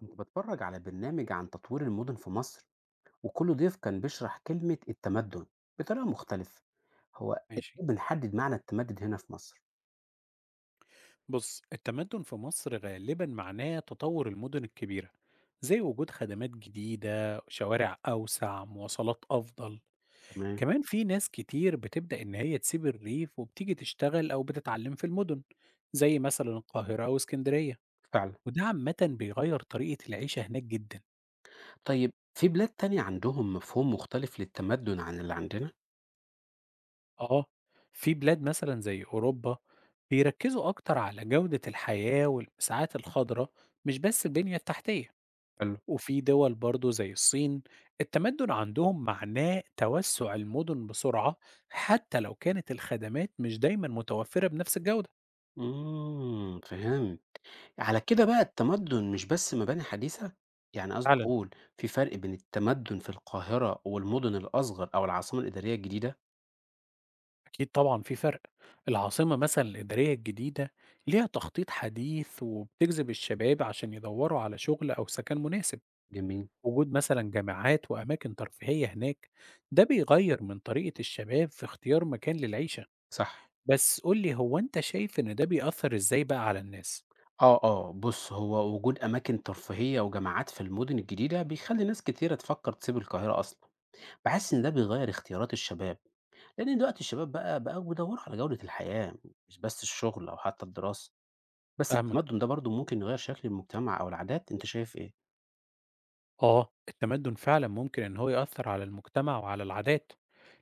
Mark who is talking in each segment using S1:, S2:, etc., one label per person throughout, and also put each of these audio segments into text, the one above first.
S1: كنت بتفرج على برنامج عن تطوير المدن في مصر وكل ضيف كان بيشرح كلمة التمدن بطريقة مختلفة. هو
S2: ماشي.
S1: إزاي بنحدد معنى التمدد هنا في مصر؟
S2: بص، التمدن في مصر غالبا معناه تطور المدن الكبيرة، زي وجود خدمات جديدة، شوارع أوسع، مواصلات أفضل.
S1: تمام.
S2: كمان في ناس كتير بتبدأ إن هي تسيب الريف وبتيجي تشتغل أو بتتعلم في المدن، زي مثلا القاهرة أو اسكندرية.
S1: فعلا.
S2: وده عامة بيغير طريقة العيشة هناك جدا.
S1: طيب، في بلاد تانية عندهم مفهوم مختلف للتمدن عن اللي عندنا؟
S2: آه، في بلاد مثلا زي أوروبا بيركزوا أكتر على جودة الحياة والمساحات الخضراء، مش بس البنية التحتية.
S1: حلو.
S2: وفي دول برضو زي الصين، التمدن عندهم معناه توسع المدن بسرعة، حتى لو كانت الخدمات مش دايما متوفرة بنفس الجودة.
S1: فهم. على كده بقى التمدن مش بس مباني حديثة، يعني قصدي
S2: فعلا،
S1: أقول في فرق بين التمدن في القاهرة والمدن الأصغر أو العاصمة الإدارية الجديدة.
S2: أكيد طبعا في فرق. العاصمة مثلا الإدارية الجديدة ليها تخطيط حديث وبتجذب الشباب عشان يدوروا على شغل أو سكن مناسب.
S1: جميل.
S2: وجود مثلا جامعات وأماكن ترفيهية هناك، ده بيغير من طريقة الشباب في اختيار مكان للعيشة.
S1: صح.
S2: بس قولي، هو أنت شايف إن ده بيأثر إزاي بقى على الناس؟
S1: آه، آه، بُص هو وجود أماكن ترفيهية وجامعات في المدن الجديدة بيخلّي ناس كتيرة تفكّر تسيب القاهرة أصلًا، باحس إن ده بيغيّر اختيارات الشباب، لإن دلوقتي الشباب بقى بقوا بيدوّروا على جودة الحياة مش بس الشغل أو حتى الدراسة، بس
S2: فاهمك.
S1: التمدُّن ده برضه ممكن يغيّر شكل المجتمع أو العادات، أنت شايف إيه؟
S2: آه، التمدّن فعلًا ممكن إن هو يأثّر على المجتمع وعلى العادات،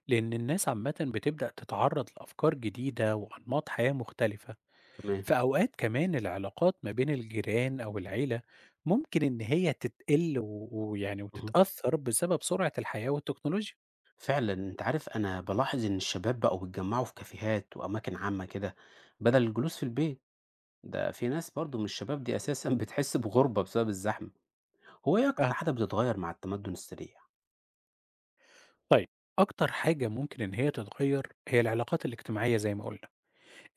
S2: لإن الناس عامةً بتبدأ تتعرّض لأفكار جديدة وأنماط حياة مختلفة.
S1: تمام.
S2: في أوقات كمان العلاقات ما بين الجيران أو العيلة ممكن إن هي تتقِل ويعني
S1: اهم،
S2: وتتأثّر بسبب سرعة الحياة والتكنولوجيا.
S1: فعلًا أنت عارف أنا بالاحظ إن الشباب بقوا بيتجمّعوا في كافيهات وأماكن عامة كده بدل الجلوس في البيت، ده في ناس برضه من الشباب دي أساسًا بتحس بغُربة بسبب الزحمة. هو إيه أكتر
S2: فاهمك.
S1: عادة بتتغيّر مع التمدُّن السريع؟
S2: طيب، أكتر حاجة ممكن إن هي تتغيّر هي العلاقات الاجتماعية زي ما قُلنا.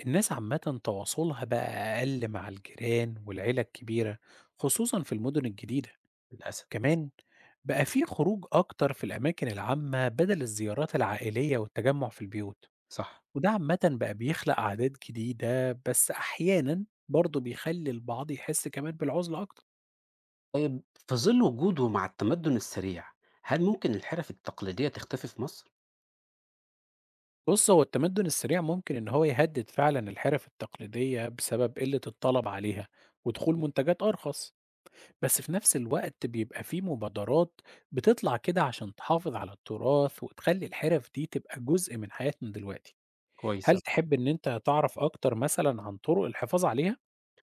S2: الناس عامةً تواصلها بقى أقل مع الجيران والعيلة الكبيرة، خصوصًا في المدن الجديدة.
S1: للأسف.
S2: كمان بقى في خروج أكتر في الأماكن العامة بدل الزيارات العائلية والتجمع في البيوت.
S1: صح.
S2: وده عامة بقى بيخلق أعداد جديدة، بس أحيانا برضه بيخلي البعض يحس كمان بالعزلة أكتر.
S1: طيب، في ظِل وجوده مع التمدُّن السريع، هل ممكن الحِرَف التقليدية تختفي في مصر؟
S2: بص، هو التمدن السريع ممكن إن هو يهدد فعلا الحرف التقليدية بسبب قلة الطلب عليها ودخول منتجات أرخص. بس في نفس الوقت بيبقى في مبادرات بتطلع كده عشان تحافظ على التراث وتخلي الحرف دي تبقى جزء من حياتنا دلوقتي.
S1: كويس
S2: هل
S1: أوي.
S2: تحب إن أنت تعرف أكتر مثلًا عن طرق الحفاظ عليها؟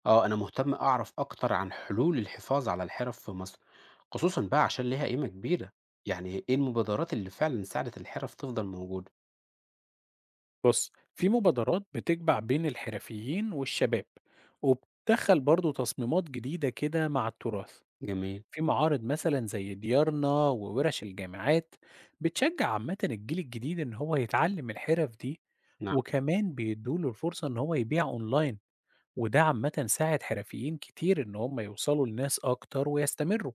S1: آه، أنا مهتم أعرف أكتر عن حلول الحفاظ على الحِرَف في مصر، خصوصًا بقى عشان ليها قيمة كبيرة. يعني إيه المبادرات اللي فعلًا ساعدت الحِرَف تفضل موجودة؟
S2: بُص، في مبادرات بتجمع بين الحرفيين والشباب، وبتدخّل برضه تصميمات جديدة كده مع التراث.
S1: جميل.
S2: في معارض مثلًا زي ديارنا وورش الجامعات، بتشجّع عامةً الجيل الجديد إن هو يتعلم الحرف دي.
S1: نعم.
S2: وكمان بيدّوا له الفرصة إن هو يبيع أونلاين، وده عامةً ساعد حرفيين كتير إن هم يوصلوا لناس أكتر ويستمروا.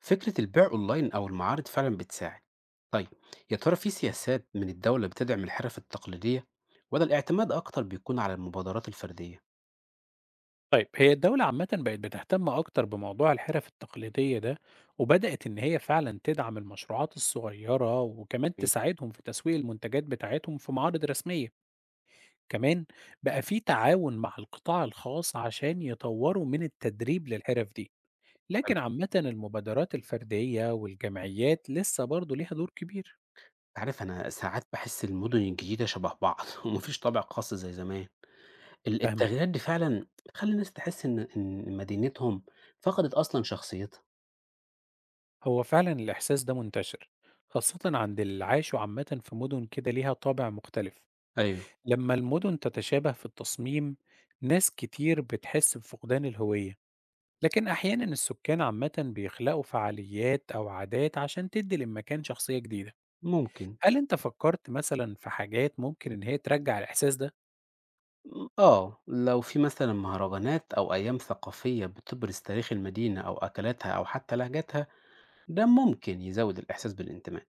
S1: فكرة البيع أونلاين أو المعارض فعلًا بتساعد. طيب، يا ترى في سياسات من الدولة بتدعم الحِرَف التقليدية والّا الاعتماد أكتر بيكون على المبادرات الفردية؟
S2: طيب، هي الدولة عامةً بقت بتهتم أكتر بموضوع الحرف التقليدية ده، وبدأت إن هي فعلًا تدعم المشروعات الصغيرة، وكمان
S1: جميل.
S2: تساعدهم في تسويق المنتجات بتاعتهم في معارض رسمية. كمان بقى في تعاون مع القطاع الخاص عشان يطوروا من التدريب للحرف دي،
S1: حلو.
S2: لكن عامةً المبادرات الفردية والجمعيات لسه برضه ليها دور كبير.
S1: أنت عارف أنا ساعات باحس المدن الجديدة شبه بعض وما فيش طابع خاص زي زمان. ال
S2: فاهمك.
S1: التغييرات دي فعلًا بتخلّي الناس تحس إن مدينتهم فقدت أصلًا شخصيتها.
S2: هو فعلًا الإحساس ده منتشر، خاصةً عند اللي عاشوا عامةً في مدن كده ليها طابع مختلف.
S1: أيوه.
S2: لما المدن تتشابه في التصميم، ناس كتير بتحس بفقدان الهوية، لكن أحيانا السكان عامة بيخلقوا فعاليات أو عادات عشان تدي للمكان شخصية جديدة.
S1: ممكن.
S2: هل أنت فكرت مثلا في حاجات ممكن إن هي ترجع الإحساس ده؟
S1: آه، لو في مثلًا مهرجانات أو أيام ثقافية بتبرز تاريخ المدينة أو أكلاتها أو حتى لهجتها، ده ممكن يزوّد الإحساس بالانتماء.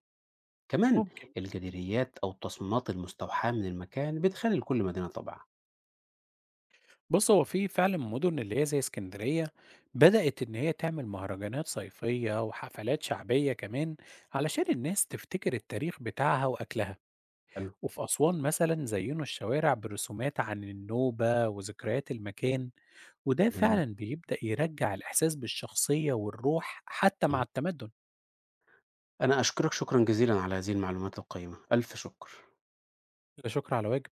S1: كمان
S2: ممكن.
S1: الجداريات أو التصميمات المستوحاة من المكان بتخلّي لكل مدينة طابعها.
S2: بص، هو في فعلا مدن اللي هي زي اسكندرية بدأت إن هي تعمل مهرجانات صيفية وحفلات شعبية كمان، علشان الناس تفتكر التاريخ بتاعها وأكلها.
S1: حلو.
S2: وفي أسوان مثلًا زيّنوا الشوارع برسومات عن النوبة وذكريات المكان، وده
S1: جميل.
S2: فعلًا بيبدأ يرجّع الإحساس بالشخصية والروح حتى مع التمدّن.
S1: أنا أشكرك شكرًا جزيلًا على هذه المعلومات القيمة، ألف شكر.
S2: لا شكر على واجب.